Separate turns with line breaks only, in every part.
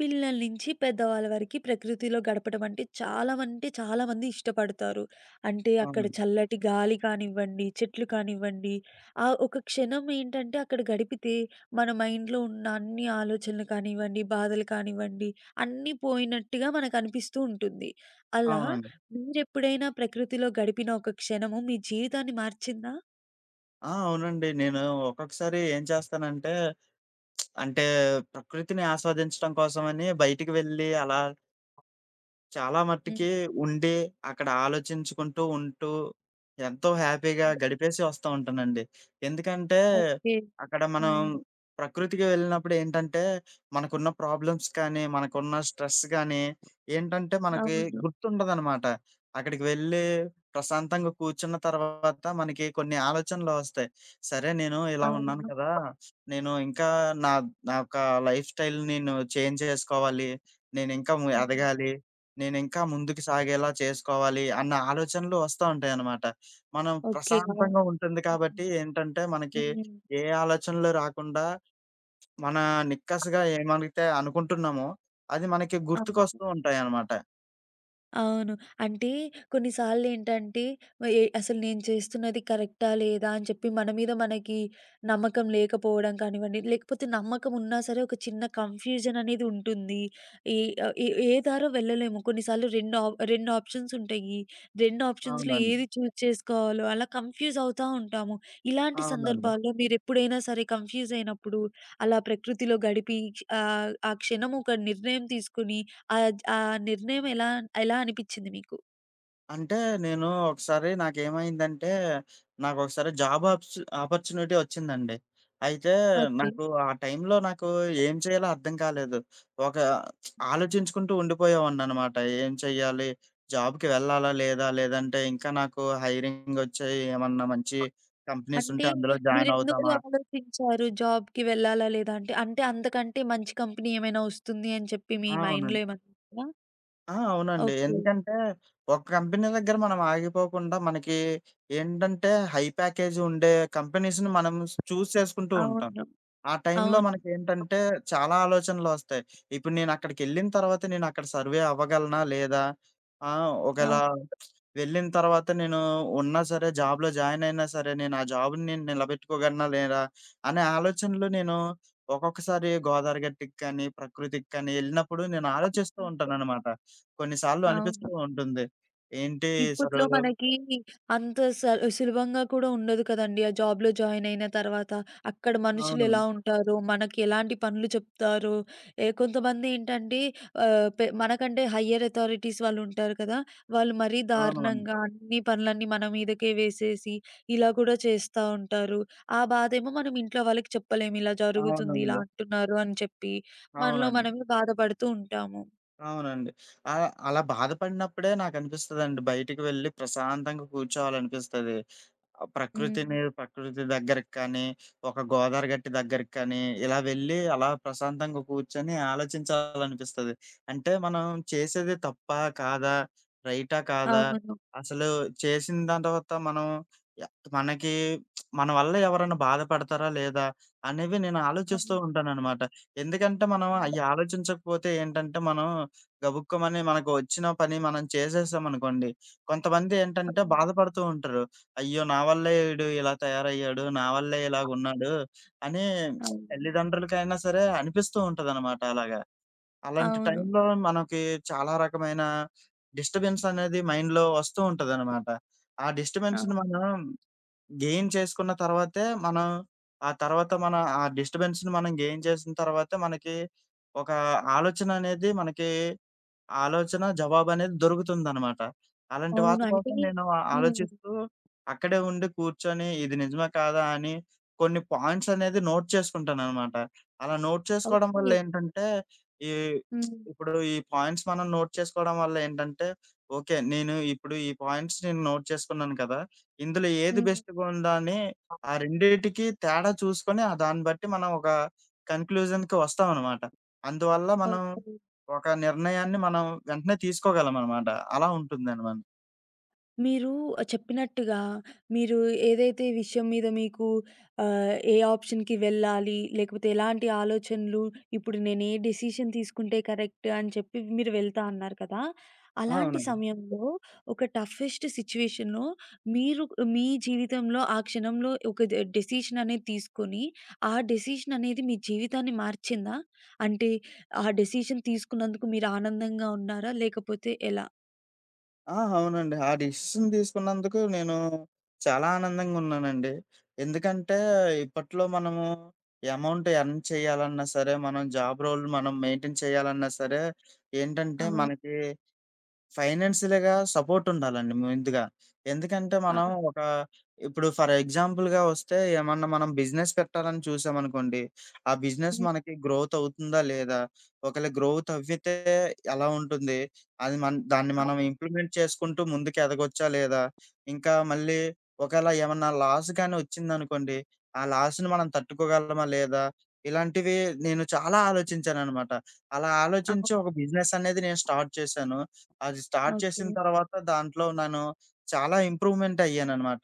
పిల్లల నుంచి పెద్దవాళ్ళ వరకి ప్రకృతిలో గడపడం అంటే చాలా మంది ఇష్టపడతారు. అంటే అక్కడ
అవునండి.
చల్లటి గాలి కానివ్వండి, చెట్లు కానివ్వండి, ఆ ఒక క్షణం ఏంటంటే అక్కడ గడిపితే మన మైండ్‌లో ఉన్న అన్ని ఆలోచనలు కానివ్వండి, బాధలు కానివ్వండి, అన్నీ పోయినట్టుగా మనకనిపిస్తూ ఉంటుంది. అలా
అవునండి.
మీరెప్పుడైనా ప్రకృతిలో గడిపిన ఒక క్షణము మీ జీవితాన్ని మార్చిందా?
ఆ! అవునండి. నేను ఒక్కొక్కసారి ఏం చేస్తానంటే, అంటే ప్రకృతిని ఆస్వాదించడం కోసమని బయటికి వెళ్లి అలా చాలా
హ్మ్.
మట్టుకి ఉండి, అక్కడ ఆలోచించుకుంటూ ఉంటూ, ఎంతో హ్యాపీగా గడిపేసి వస్తా ఉంటానండి. ఎందుకంటే,
ఓకే.
అక్కడ మనం
హ్మ్.
ప్రకృతికి వెళ్ళినప్పుడు ఏంటంటే, మనకున్న ప్రాబ్లమ్స్ కానీ, మనకున్న స్ట్రెస్ గానీ, ఏంటంటే మనకి
అవును.
గుర్తుండదనమాట. అక్కడికి వెళ్ళి ప్రశాంతంగా కూర్చున్న తర్వాత మనకి కొన్ని ఆలోచనలొస్తాయి. సరే నేను ఇలా ఉన్నాను
అవును.
కదా! నేను ఇంకా నా నా యొక్క లైఫ్ స్టైల్ నేను చేంజ్ చేసుకోవాలి. నేనింకా ము
హ్మ్.
ఎదగాలి. నేనింకా ముందుకు సాగేలా చేసుకోవాలి అన్న ఆలోచనలు వస్తా ఉంటాయనమాట. మనం
ఓకే. ఆ!
ప్రశాంతంగా ఉంటుంది కాబట్టి
హ్మ్.
ఏంటంటే, మనకి
హ్మ్.
ఏ ఆలోచనలు రాకుండా, మన నిక్కసుగా ఏమనైతే అనుకుంటున్నామో, అది మనకి
అవును.
గుర్తుకొస్తూ ఉంటాయనమాట.
అవును. అంటే కొన్ని సార్లేంటంటే అసలు నేను చేస్తున్నది కరెక్టా? లేదా? అని చెప్పి మన మీద మనకి నమ్మకం లేకపోవడం కానివ్వండి, లేకపోతే నమ్మకం ఉన్నా సరే ఒక చిన్న కన్‌ఫ్యూజన్ అనేది ఉంటుంది. ఈ ఏ ఏ దారో వెళ్ళలేము. కొన్నిసార్లు 2 ఆప్షన్స్ ఉంటాయి. 2 ఆప్షన్స్‌లో
అవునండి.
ఏది చూజ్ చేసుకోవాలో అలా కన్‌ఫ్యూజ్ అవుతా ఉంటాము. ఇలాంటి
అవునండి.
సందర్భాల్లో మీరెప్పుడైనా సరే కన్‌ఫ్యూజ్ అయినప్పుడు అలా ప్రకృతిలో గడిపి ఆ క్షణం ఒక నిర్ణయం తీసుకొని ఆ నిర్ణయం ఎలా ఎలా అనిపిచ్చింది మీకు?
అంటే నేను ఒకసారి నాకేమైందంటే, నాకొకసారి జాబ్ ఆప్స్ ఆపర్చునిటీ వచ్చిందండి. అయితే
ఓకే.
నాకు ఆ టైంలో నాకు ఏం చేయాలో అర్థం కాలేదు. ఒక ఆలోచించుకుంటూ ఉండిపోయేవాడిననమాట. ఏం చెయ్యాలి? జాబ్‌కి వెళ్ళాలా? లేదా? లేదంటే ఇంకా నాకు హైరింగ్ వచ్చాయి. ఏమన్నా మంచి కంపెనీస్
అంటే
ఉంటే అందులో జాయిన్
మీరెందుకు
అవుదామా?
ఆలోచించారు జాబ్‌కి వెళ్ళాలా లేదా అంటే? అంటే అంతకంటే మంచి కంపెనీ ఏమైనా వస్తుంది అని చెప్పి మీ
ఆ!
మైండ్‌లో
అవునండి.
ఏమన్నా ఉందా?
ఆ! అవునండి.
ఓకే.
ఎందుకంటే, ఒక కంపెనీ దగ్గర మనం ఆగిపోకుండా మనకి ఏంటంటే, హై ప్యాకేజ్ ఉండే కంపెనీస్‌ని మనం చూజ్ చేసుకుంటూ ఉంటాం.
అవును.
ఆ టైంలో
అవును.
మనకేంటంటే చాలా ఆలోచనలొస్తాయి. ఇప్పుడు నేనక్కడికెళ్ళిన తర్వాత నేనక్కడ సర్వే అవ్వగలనా? లేదా? ఆహ్, ఒకేళ
అవును.
వెళ్ళిన తర్వాత నేను ఉన్నా సరే జాబ్‌లో జాయిన్ అయినా సరే, నేను ఆ జాబ్‌ని నేను నిలబెట్టుకోగలనా? లేదా? అనే ఆలోచనలు నేను ఒక్కొక్కసారి గోదావరి గట్టికి కానీ, ప్రకృతికి కానీ ఎళ్ళినప్పుడు నేను ఆలోచిస్తూ
హ్మ్.
ఉంటాననమాట. కొన్నిసార్లు
అవును.
అనిపిస్తూ ఉంటుంది. ఏంటి అసలు
ఇప్పట్లో మనకి అంత సులభంగా కూడా ఉండదు కదండీ! ఆ జాబ్‌లో జాయిన్ అయిన తర్వాత. అక్కడ
అవును.
మనుషులెలా
అవును.
ఉంటారో, మనకి ఎలాంటి పనులు చెప్తారో, ఏ కొంతమంది ఏంటంటే ఆహ్, పె మనకంటే హయ్యర్ అథారిటీస్ వాళ్ళుంటారు కదా! వాళ్ళు మరీ
అవునండి.
దారుణంగా అన్ని పనులన్నీ మన మీదకే వేసేసి, ఇలా కూడా చేస్తా ఉంటారు. ఆ బాధేమో మనం ఇంట్లో వాళ్ళకి చెప్పలేము. ఇలా జరుగుతుంది, ఇలా
అవునండి.
అంటున్నారు అని చెప్పి. మనలో
అవునండి.
మనమే బాధపడుతూ ఉంటాము.
అవునండి. ఆహ్, అలా బాధపడినప్పుడే నాకనిపిస్తదండి బయటికి వెళ్లి ప్రశాంతంగా కూర్చోవాలనిపిస్తది. ఆహ్,
హ్మ్.
ప్రకృతి దగ్గరికి కానీ, ఒక గోదావరి గట్టి దగ్గరికి కానీ, ఇలా వెళ్లి అలా ప్రశాంతంగా కూర్చొని ఆలోచించాలనిపిస్తది. అంటే మనం చేసేది తప్పా? కాదా? రైటా? కాదా?
అవును.
అసలు చేసిన దాని తర్వాత మనం య మనకి మన వల్ల ఎవరైనా బాధపడతారా? లేదా? అనేవి నేను ఆలోచిస్తూ
అవును.
ఉంటాననమాట. ఎందుకంటే మనం
హ్మ్.
అయి ఆలోచించకపోతే ఏంటంటే మనం గబుక్కుమని మనకు వచ్చిన పని మనం చేసేసామనుకోండి, కొంతమంది ఏంటంటే
అవును.
బాధపడుతూ ఉంటారు. అయ్యో! నా వల్లే ఈడు ఇలా తయారయ్యాడు. నా వల్లే ఇలాగున్నాడు అని
అవును.
తల్లిదండ్రులకైనా సరే అనిపిస్తూ ఉంటదనమాట అలాగా. అలాంటి
అవును.
టైంలో మనకి చాలా రకమైన డిస్టర్బెన్స్ అనేది మైండ్‌లో వస్తూ ఉంటదనమాట. ఆ డిస్టర్బెన్స్‌ని
అవును.
మనం గెయిన్ చేసుకున్న తర్వాతే మనం ఆ తర్వాత మన ఆ డిస్టర్బెన్స్‌ని మనం గెయిన్ చేసిన తర్వాతే మనకి ఒక ఆలోచననేది మనకి ఆలోచన, జవాబనేది దొరుకుతుందనమాట. అలాంటి
అవును.
వాటి
అంటే
కోసం
హ్మ్.
నేను ఆలోచిస్తూ, అక్కడే ఉండి కూర్చొని ఇది నిజమా? కాదా? అని కొన్ని పాయింట్స్ అనేది నోట్ చేసుకుంటాననమాట. అలా నోట్ చేసుకోవడం వల్ల
ఓకే.
ఏంటంటే, ఈ
హ్మ్.
ఇప్పుడు ఈ పాయింట్స్ మనం నోట్ చేసుకోవడం వల్ల ఏంటంటే, ఓకే. నేను ఇప్పుడు ఈ పాయింట్స్ నేను నోట్ చేసుకున్నాను కదా! ఇందులో ఏది
హ్మ్.
బెస్ట్‌గా ఉందా? అని ఆ రెండిటికి తేడా చూసుకొని, ఆ దాన్ని బట్టి మనం ఒక కన్‌క్లూజన్‌కి వస్తామనమాట. అందువల్ల మనం
ఓకే.
ఒక నిర్ణయాన్ని మనం వెంటనే తీసుకోగలమనమాట. అలా ఉంటుందండి మనం.
మీరు చెప్పినట్టుగా మీరు ఏదైతే విషయం మీద మీకు ఏ ఆప్షన్‌కి వెళ్ళాలి? లేకపోతే ఎలాంటి ఆలోచనలు, ఇప్పుడు నేను ఏ డెసిషన్ తీసుకుంటే కరెక్ట్ అని చెప్పి మీరు వెళ్తా అన్నారు కదా!
ఆ!
అలాంటి
అవునండి.
సమయంలో ఒక టఫెస్ట్ సిట్యుయేషన్‌లో మీరు మీ జీవితంలో ఆ క్షణంలో ఒక డెసిషన్ అనేది తీసుకొని, ఆ డెసిషన్ అనేది మీ జీవితాన్ని మార్చిందా? అంటే ఆ డెసిషన్ తీసుకున్నందుకు మీరు ఆనందంగా ఉన్నారా? లేకపోతే ఎలా?
ఆ! అవునండి. ఆ డెసిషన్ తీసుకున్నందుకు నేను చాలా ఆనందంగా ఉన్నానండి. ఎందుకంటే ఇప్పట్లో మనము ఎమౌంట్ ఎర్న్ చేయాలన్నా సరే, మనం జాబ్ రోల్ మనం మెయింటైన్ చేయాలన్నా సరే
ఆ!
ఏంటంటే మనకి ఫైనాన్షియల్‌గా సపోర్టుండాలండి ముందుగా. ఎందుకంటే
ఆ!
మనం ఒక ఇప్పుడు ఫర్ ఎగ్జాంపుల్‌గా వస్తే ఏమన్నా మనం బిజినెస్ పెట్టాలని చూసామనుకోండి. ఆ బిజినెస్
హ్మ్.
మనకి గ్రోత్ అవుతుందా? లేదా? ఒకవేళ గ్రోత్ అవ్వితే ఎలా ఉంటుంది? అది మన్ దాన్ని
ఆ!
మనం ఇంప్లిమెంట్ చేసుకుంటూ ముందుకు ఎదగొచ్చా? లేదా? ఇంకా మళ్ళీ ఒకవేళ ఏమన్నా లాస్ గాని వచ్చిందనుకోండి. ఆ లాస్‌ని మనం తట్టుకోగలమా? లేదా? ఇలాంటివి నేను చాలా ఆలోచించాననమాట. అలా ఆలోచించి
అవును.
ఒక బిజినెస్ అనేది నేను స్టార్ట్ చేశాను. అది స్టార్ట్
ఓకే.
చేసిన తర్వాత దాంట్లో నేను చాలా ఇంప్రూవ్‌మెంట్ అయ్యాననమాట.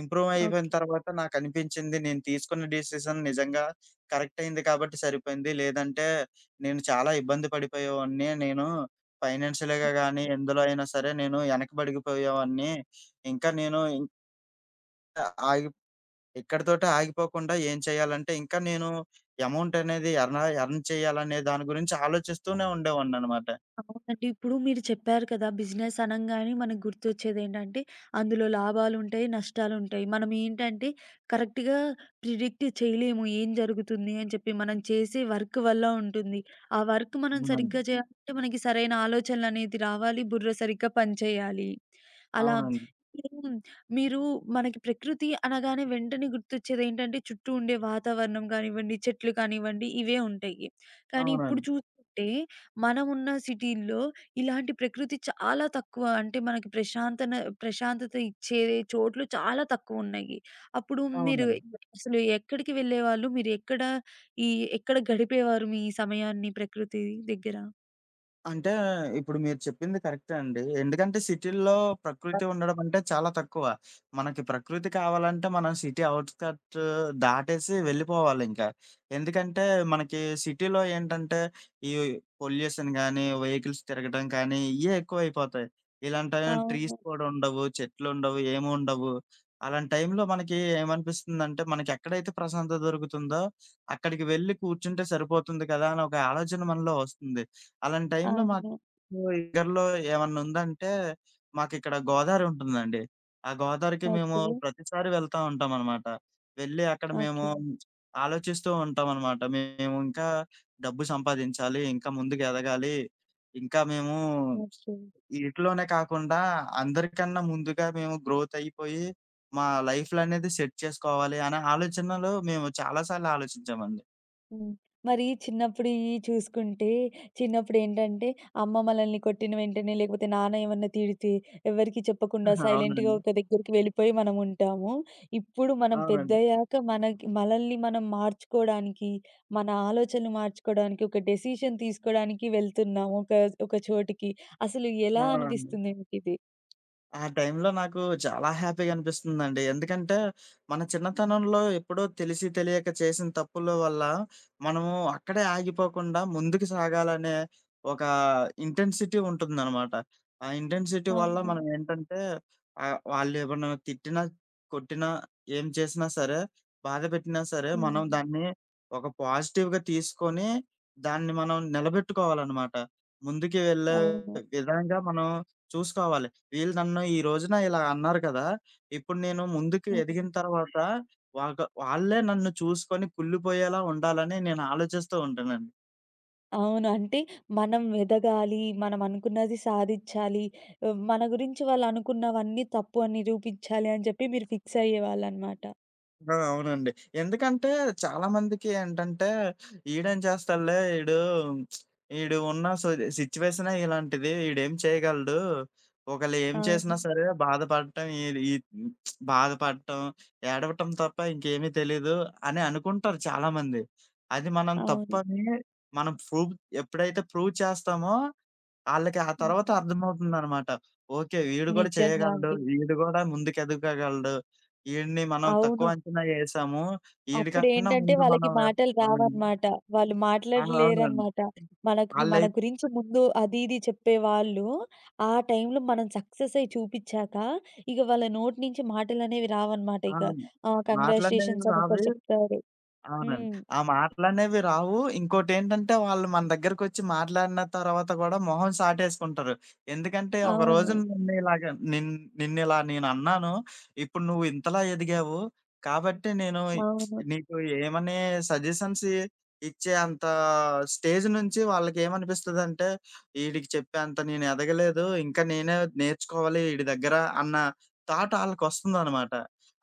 ఇంప్రూవ్ అయిపోయిన
ఓకే.
తర్వాత నాకనిపించింది నేను తీసుకున్న డెసిషన్ నిజంగా కరెక్ట్ అయింది కాబట్టి సరిపోయింది. లేదంటే నేను చాలా ఇబ్బంది పడిపోయేవాడిని. నేను ఫైనాన్షియల్‌గా
హ్మ్.
గానీ, ఎందులో అయినా సరే నేను వెనకబడిపోయేవాడిని. ఇంకా నేను ఇంకా ఆగి ఇక్కడితోటే ఆగిపోకుండా ఏం చేయాలంటే ఇంకా నేను అమౌంట్ అనేది ఎర్న్ చేయాలనే దాని గురించి ఆలోచిస్తూనే ఉండేవాడిననమాట.
అవునండి. ఇప్పుడు మీరు చెప్పారు కదా! బిజినెస్ అనంగానే మనకు గుర్తొచ్చేదేంటంటే, అందులో లాభాలుంటాయి, నష్టాలుంటాయి. మనం ఏంటంటే, కరెక్ట్‌గా ప్రిడిక్ట్ చేయలేము. ఏం జరుగుతుంది అని చెప్పి. మనం చేసే వర్క్ వల్ల ఉంటుంది. ఆ వర్క్ మనం
అవునండి.
సరిగ్గా చేయాలంటే, మనకి సరైన ఆలోచనలనేది రావాలి. బుర్ర సరిగ్గా పనిచేయాలి. అలా
అవునండి.
ఇప్పుడు మీరు మనకి ప్రకృతి అనగానే వెంటనే గుర్తొచ్చేదేంటంటే, చుట్టూ ఉండే వాతావరణం కానివ్వండి, చెట్లు కానివ్వండి, ఇవే ఉంటాయి. కానీ ఇప్పుడు
అవునండి.
చూసుకుంటే మనమున్న సిటీల్లో ఇలాంటి ప్రకృతి చాలా తక్కువ. అంటే మనకి ప్రశాంతత ఇచ్చే చోట్లు చాలా తక్కువున్నాయి. అప్పుడు మీరు
అవునండి.
అసలు ఎక్కడికి వెళ్ళేవాళ్ళు? మీరు ఎక్కడ ఈ ఎక్కడ గడిపేవారు మీ సమయాన్ని ప్రకృతి దగ్గర?
అంటే ఇప్పుడు మీరు చెప్పింది కరెక్టే అండి. ఎందుకంటే సిటీల్లో
అ
ప్రకృతి ఉండడం అంటే చాలా తక్కువ. మనకి ప్రకృతి కావాలంటే మనం సిటీ ఔట్‌స్కర్ట్ దాటేసి వెళ్ళిపోవాలింక. ఎందుకంటే మనకి సిటీలో ఏంటంటే ఈ పొల్యూషన్ గానీ, వెహికల్స్ తిరగడం కానీ ఇయ్యే ఎక్కువైపోతాయి. ఇలాంటి టైంలో
అవును.
ట్రీస్ కూడా ఉండవు, చెట్లుండవు, ఏముండవు. అలాంటి టైంలో మనకి ఏమనిపిస్తుందంటే మనకెక్కడైతే ప్రశాంతత దొరుకుతుందో అక్కడికి వెళ్లి కూర్చుంటే సరిపోతుంది కదా! అని ఒక ఆలోచన మనలో వస్తుంది. అలాంటి టైంలో మాకు
అవును.
దగ్గరలో ఏమన్నా ఉందంటే, మాకిక్కడ గోదావరి ఉంటుందండి. ఆ గోదావరికి మేము
ఓకే.
ప్రతిసారి వెళ్తా ఉంటామనమాట. వెళ్ళి అక్కడ మేము
ఓకే.
ఆలోచిస్తూ ఉంటామనమాట. మేము ఇంకా డబ్బు సంపాదించాలి, ఇంకా ముందుకెదగాలి, ఇంకా మేము
ఓకే.
ఈటిలోనే కాకుండా అందరికన్నా ముందుగా మేము గ్రోత్ అయిపోయి, మా లైఫ్‌లనేది సెట్ చేసుకోవాలి అనే ఆలోచనలో మేము చాలా సార్లు ఆలోచించామండి.
హ్మ్. మరి చిన్నప్పుడియి చూసుకుంటే, చిన్నప్పుడేంటంటే, అమ్మ మనల్ని కొట్టిన వెంటనే, లేకపోతే నాన్న ఏమన్నా తిడితే, ఎవరికీ చెప్పకుండా సైలెంట్‌గా
అవునండి.
ఒక దగ్గరికి వెళ్ళిపోయి మనముంటాము. ఇప్పుడు మనం
అవునండి.
పెద్దయ్యాక మనకి మనల్ని మనం మార్చుకోడానికి, మన ఆలోచనలు మార్చుకోడానికి, ఒక డెసిషన్ తీసుకోడానికి వెళ్తున్నాము ఒక ఒక చోటికి. అసలు ఎలా
అవునండి.
అనిపిస్తుంది మీకిది?
ఆ టైంలో నాకు చాలా హ్యాపీగా అనిపిస్తుందండి. ఎందుకంటే, మన చిన్నతనంలో ఎప్పుడో తెలిసి తెలియక చేసిన తప్పుల వల్ల, మనము అక్కడే ఆగిపోకుండా ముందుకు సాగాలనే ఒక ఇంటెన్సిటీ ఉంటుందనమాట. ఆ ఇంటెన్సిటీ వల్ల
అవును.
మనం ఏంటంటే, ఆహ్, వాళ్ళేమన్నా తిట్టినా, కొట్టినా, ఏం చేసినా సరే, బాధపెట్టినా సరే, మనం
హ్మ్.
దాన్ని ఒక పాజిటివ్‌గా తీసుకొని, దాన్ని మనం నిలబెట్టుకోవాలనమాట. ముందుకి వెళ్ళే
అవును.
విధంగా మనం చూసుకోవాలి. వీళ్ళు నన్ను ఈ రోజున ఇలా అన్నారు కదా! ఇప్పుడు నేను ముందుకు
హ్మ్.
ఎదిగిన తర్వాత వాళ్ళే నన్ను చూసుకొని కుళ్ళిపోయేలా ఉండాలని నేను ఆలోచిస్తూ ఉంటానండి.
అవును. అంటే మనం ఎదగాలి, మనం అనుకున్నది సాధిచ్చాలి, మన గురించి వాళ్ళనుకున్నవన్నీ తప్పు అని నిరూపించాలి అని చెప్పి మీరు ఫిక్స్ అయ్యేవాళ్ళనమాట.
ఆ! అవునండి. ఎందుకంటే చాలామందికి ఏంటంటే ఈడేం చేస్తాడులే ఈడు ఈడు ఉన్న సిట్యుయేషనే ఇలాంటిది. ఈడేం చేయగలడు. ఒకళ్ళు ఏం
అవును.
చేసినా సరే బాధపడటం ఇది ఈ బాధపడటం, ఏడవటం తప్ప ఇంకేమీ తెలీదు అని అనుకుంటారు చాలామంది. అది మనం
అవును.
తప్పని మనం ప్రూవ్ ఎప్పుడైతే ప్రూవ్ చేస్తామో ఆళ్ళకి ఆ తర్వాత
హ్మ్.
అర్థమవుతుందనమాట. ఓకే. వీడు గూడా
నిజంగా
చేయగలడు.
అండి.
వీడు గూడా ముందుకెదగగలడు. ఈడిని మనం
అవును.
తక్కువ అంచనా యేసాము. ఈడి కన్నా
అప్పుడేంటంటే
ముందు
వాళ్ళకి
మనం ఎ-
మాటలు
అవునండి.
రావన్నమాట. వాళ్ళు
ఆ! అవునండి.
మాట్లాడలేరన్నమాట. మనకి మన
ఆళ్ళై
గురించి ముందు అది ఇది చెప్పేవాళ్ళు, ఆ టైంలో మనం సక్సెస్ అయ్యి చూపిచ్చాక, ఇక వాళ్ళ నోటి నుంచి మాటలనేవి రావన్నమాట
ఆ!
ఇక. ఆ!
మాటలనేవి
కంగ్రాచ్యులేషన్స్ అని ఒకరు
రావే
చెప్తారు.
అవునండి.
హ్మ్.
ఆ మాటలనేవి రావు. ఇంకోటేంటంటే వాళ్ళు మన దగ్గరకొచ్చి మాట్లాడిన తర్వాత గూడా మొహం చాటేసుకుంటారు. ఎందుకంటే ఒక
అవును.
రోజు నన్ను ఇలాగ నిన్ నిన్నిలా నేనన్నాను. ఇప్పుడు నువ్వు ఇంతలా ఎదిగావు. కాబట్టి నేను
అవును.
నీకు ఏమని సజెషన్స్ ఇచ్చే అంత స్టేజ్ నుంచి వాళ్ళకేమనిపిస్తదంటే, ఈడికి చెప్పేంత నేను ఎదగలేదు. ఇంకా నేనే నేర్చుకోవాలి ఈడి దగ్గర అన్న థాట్ ఆళ్ళకొస్తుందనమాట.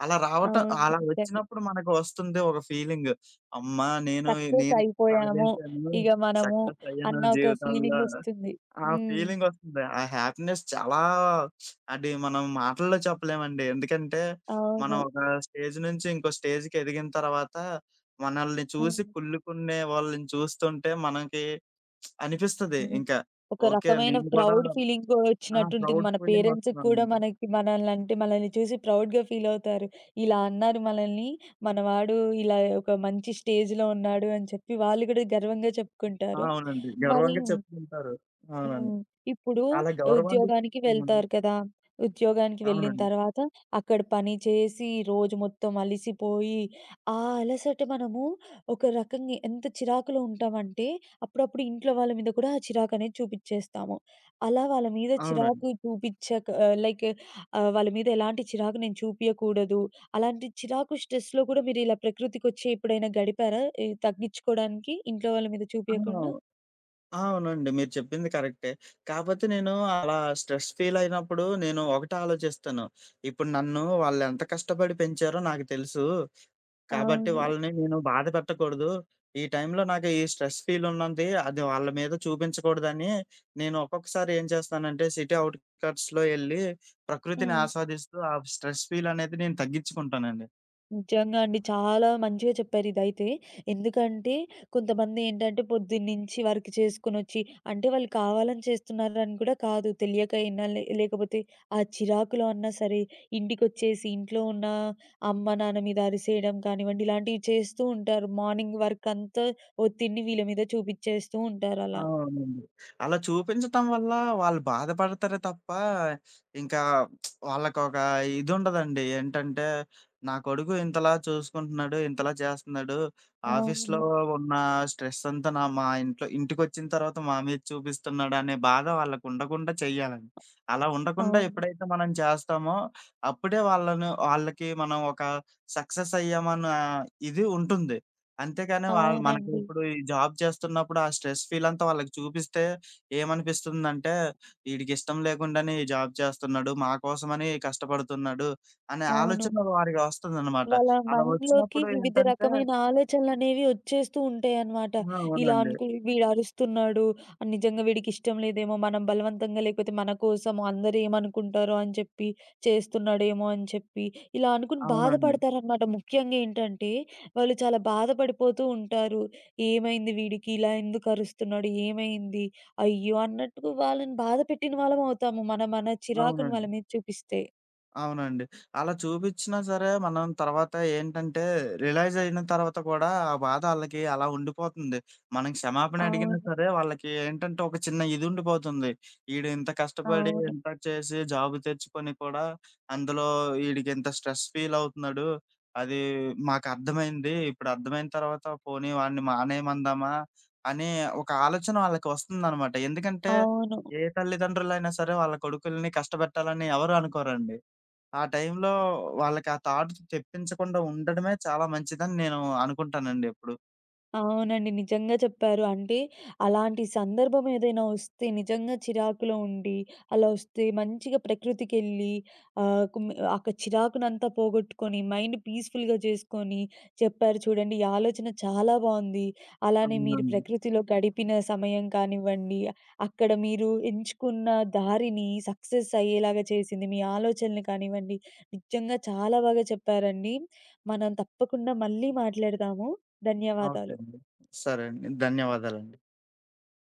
అవును.
అలా
నిజంగా.
వచ్చినప్పుడు మనకు వస్తుంది ఒక ఫీలింగ్. అమ్మా! నేను
సక్సెస్
నేను
అయిపోయాము.
సాధించాను.
ఇగ మనము
సక్సెస్ అయ్యాను
అన్న ఒక
జీవితంలో.
ఫీలింగొస్తుంది.
ఆ
హ్మ్.
ఫీలింగొస్తుంది. ఆ హ్యాపీనెస్ చాలా అది మనం మాటల్లో చెప్పలేమండి. ఎందుకంటే, మనం
అవును.
ఒక స్టేజ్ నుంచి ఇంకో స్టేజ్‌కి ఎదిగిన తర్వాత మనల్ని చూసి
హ్మ్.
కుళ్ళుకునే వాళ్ళని చూస్తుంటే మనకి అనిపిస్తది
హ్మ్.
ఇంకా.
ఒక
ఓకే.
రకమైన
నేను గూడా
ప్రౌడ్ ఫీలింగ్
ఆ!
వచ్చినట్టుంటుంది.
ప్రౌడ్
మన పేరెంట్స్‌కి కూడా
ఫీలింగొస్తుందనమాట.
మనకి మనల్నంటే మనల్ని చూసి ప్రౌడ్‌గా ఫీల్ అవుతారు. ఇలా అన్నారు మనల్ని. మనవాడు ఇలా ఒక మంచి స్టేజ్‌లో ఉన్నాడు అని చెప్పి వాళ్ళు కూడా గర్వంగా
ఆ!
చెప్పుకుంటారు.
అవునండి.
మరి
గర్వంగా చెప్పుకుంటారు. అవునండి.
హ్మ్. ఇప్పుడు
అలా గౌరవంగా
ఉద్యోగానికి
హ్మ్.
వెళ్తారు కదా! ఉద్యోగానికి వెళ్ళిన
అవునండి.
తర్వాత అక్కడ పని చేసి రోజు మొత్తం అలిసిపోయి, ఆ అలసట మనము ఒక రకంగా ఎంత చిరాకులో ఉంటామంటే, అప్పుడప్పుడు ఇంట్లో వాళ్ళ మీద కూడా ఆ చిరాకనేది చూపిచ్చేస్తాము. అలా వాళ్ళ మీద
అవునండి.
చిరాకు చూపిచ్చక వాళ్ళ మీద ఎలాంటి చిరాకు నేను చూపియకూడదు. అలాంటి చిరాకు, స్ట్రెస్‌లో కూడా మీరు ఇలా ప్రకృతికొచ్చి ఎప్పుడైనా గడిపారా? ఈ తగ్గిచ్చుకోడానికి ఇంట్లో వాళ్ళ మీద
ఆ!
చూపియకుండా?
ఆ! అవునండి. మీరు చెప్పింది కరెక్టే. కాపోతే నేను అలా స్ట్రెస్ ఫీల్ అయినప్పుడు నేను ఒకటే ఆలోచిస్తాను. ఇప్పుడు నన్ను వాళ్ళెంత కష్టపడి పెంచారో నాకు తెలుసు. కాబట్టి
అవును.
వాళ్ళని నేను బాధ పెట్టకూడదు. ఈ టైంలో నాకు ఈ స్ట్రెస్ ఫీల్ ఉన్నది. అది వాళ్ళ మీద చూపించకూడదని నేను ఒక్కొక్కసారి ఏం చేస్తానంటే సిటీ ఔట్‌కట్స్‌లో ఎళ్లి ప్రకృతిని
హ్మ్.
ఆస్వాదిస్తూ ఆ స్ట్రెస్ ఫీల్ అనేది నేను తగ్గించుకుంటానండి.
నిజంగా అండి. చాలా మంచిగా చెప్పారు ఇదైతే. ఎందుకంటే కొంతమంది ఏంటంటే పొద్దున్నుంచి వర్క్ చేసుకొనొచ్చి అంటే వాళ్ళు కావాలని చేస్తున్నారని కూడా కాదు. తెలియక అయినా లేకపోతే ఆ చిరాకులో అన్నా సరే ఇంటికొచ్చేసి ఇంట్లో ఉన్న అమ్మ, నాన్న మీద అరిసేయడం కానివ్వండి ఇలాంటివి చేస్తూ ఉంటారు. మార్నింగ్ వర్క్ అంతా ఒత్తిడిని వీళ్ళ మీద చూపిచ్చేస్తూ ఉంటారలా.
అవునండి. అలా చూపించటం వల్ల వాళ్ళు బాధపడతారే తప్ప, ఇంకా వాళ్ళకొక ఇదుండదండి. ఏంటంటే, నా కొడుకు ఇంతలా చూసుకుంటున్నాడు, ఇంతలా చేస్తన్నాడు. ఆఫీస్‌లో
అవును.
ఉన్న స్ట్రెస్ అంతా మా ఇంట్లో ఇంటికొచ్చిన తర్వాత మా మీద చూపిస్తున్నాడనే బాధ వాళ్ళకుండకుండా చెయ్యాలండి. అలా ఉండకుండా
అవును.
ఎప్పుడైతే మనం చేస్తామో, అప్పుడే వాళ్ళకి మనం ఒక సక్సెస్ అయ్యామన్న ఇది ఉంటుంది. అంతేగాని వాళ్ళు మనకి
అవునండి.
ఇప్పుడు ఈ జాబ్ చేస్తున్నప్పుడు ఆ స్ట్రెస్ ఫీల్ అంతా వాళ్ళకి చూపిస్తే ఏమనిపిస్తుందంటే, ఈడికిష్టం లేకుండానే ఈ జాబ్ చేస్తున్నాడు, మా కోసమని కష్టపడుతున్నాడు అనే
అవును.
ఆలోచన వారికి వస్తుందనమాట.
వాళ్ళ
అలా
మైండ్‌లోకి
వచ్చినప్పుడు
వివిధ
ఏంటంటే
రకమైన ఆలోచనలనేవి ఒచ్చేస్తూ ఉంటాయనమాట.
ఆ!
ఇలా
అవునండి.
అనుకు వీడు అరుస్తున్నాడు, నిజంగా వీడికిష్టం లేదేమో, మనం బలవంతంగా లేకపోతే మన కోసం అందరూ ఏమనుకుంటారో అని చెప్పి చేస్తున్నాడేమో అని చెప్పి, ఇలా అనుకుని
అవునండి.
బాధపడతారనమాట. ముఖ్యంగా ఏంటంటే, వాళ్ళు చాలా బాధపడిపోతూ ఉంటారు. ఏమైంది వీడికి? ఇలా ఎందుకు అరుస్తున్నాడు? ఏమైంది? అయ్యో! అన్నట్టు వాళ్ళని బాధ పెట్టిన వాళ్ళమవుతాము. మనం మన చిరాకుని వాళ్ళ
అవునండి.
మీద చూపిస్తే.
అవునండి. అలా చూపిచ్చినా సరే, మనం తర్వాత ఏంటంటే, రియలైజ్ అయిన తర్వాత కూడా, ఆ బాధ ఆళ్ళకి అలా ఉండిపోతుంది. మనం క్షమాపణ అడిగినా
అవును.
సరే, వాళ్ళకి ఏంటంటే, ఒక చిన్న ఇది ఉండిపోతుంది. ఈడు ఇంత కష్టపడి,
అవును.
ఇంత చేసి, జాబ్ తెచ్చుకొని కూడా, అందులో ఈడికింత స్ట్రెస్ ఫీల్ అవుతున్నాడు. అది మాకర్థమైంది. ఇప్పుడు అర్థమైన తర్వాత పోనీ వాడిని మానేయమందామా, అనే ఒక ఆలోచన వాళ్ళకి వస్తుందనమాట. ఎందుకంటే,
అవును.
ఏ తల్లిదండ్రులైనా సరే, వాళ్ళ కొడుకుల్ని కష్టపెట్టాలని ఎవరు అనుకోరండి. ఆ టైంలో వాళ్ళకి ఆ థాట్ తెప్పించకుండా ఉండడమే చాలా మంచిదని నేను అనుకుంటానండి ఎప్పుడు.
అవునండి. నిజంగా చెప్పారు. అంటే అలాంటి సందర్భం ఏదైనా వస్తే నిజంగా చిరాకులో ఉండి, అలా వస్తే మంచిగా ప్రకృతికెళ్ళి ఆహ్, కుమ్ అక్కడ చిరాకునంతా పోగొట్టుకొని, మైండ్ పీస్‌ఫుల్‌గా చేసుకొని చెప్పారు చూడండి. ఈ ఆలోచన చాలా బావుంది. అలానే మీరు
అవునండి.
ప్రకృతిలో గడిపిన సమయం కానివ్వండి, అక్కడ మీరు ఎంచుకున్న దారిని సక్సెస్ అయ్యేలాగా చేసింది మీ ఆలోచనలు కానివ్వండి, నిజంగా చాలా బాగా చెప్పారండి. మనం తప్పకుండా మళ్ళీ మాట్లాడదాము.
ఓకే
ధన్యవాదాలు.
అండి. సరే అండి. ధన్యవాదాలండి.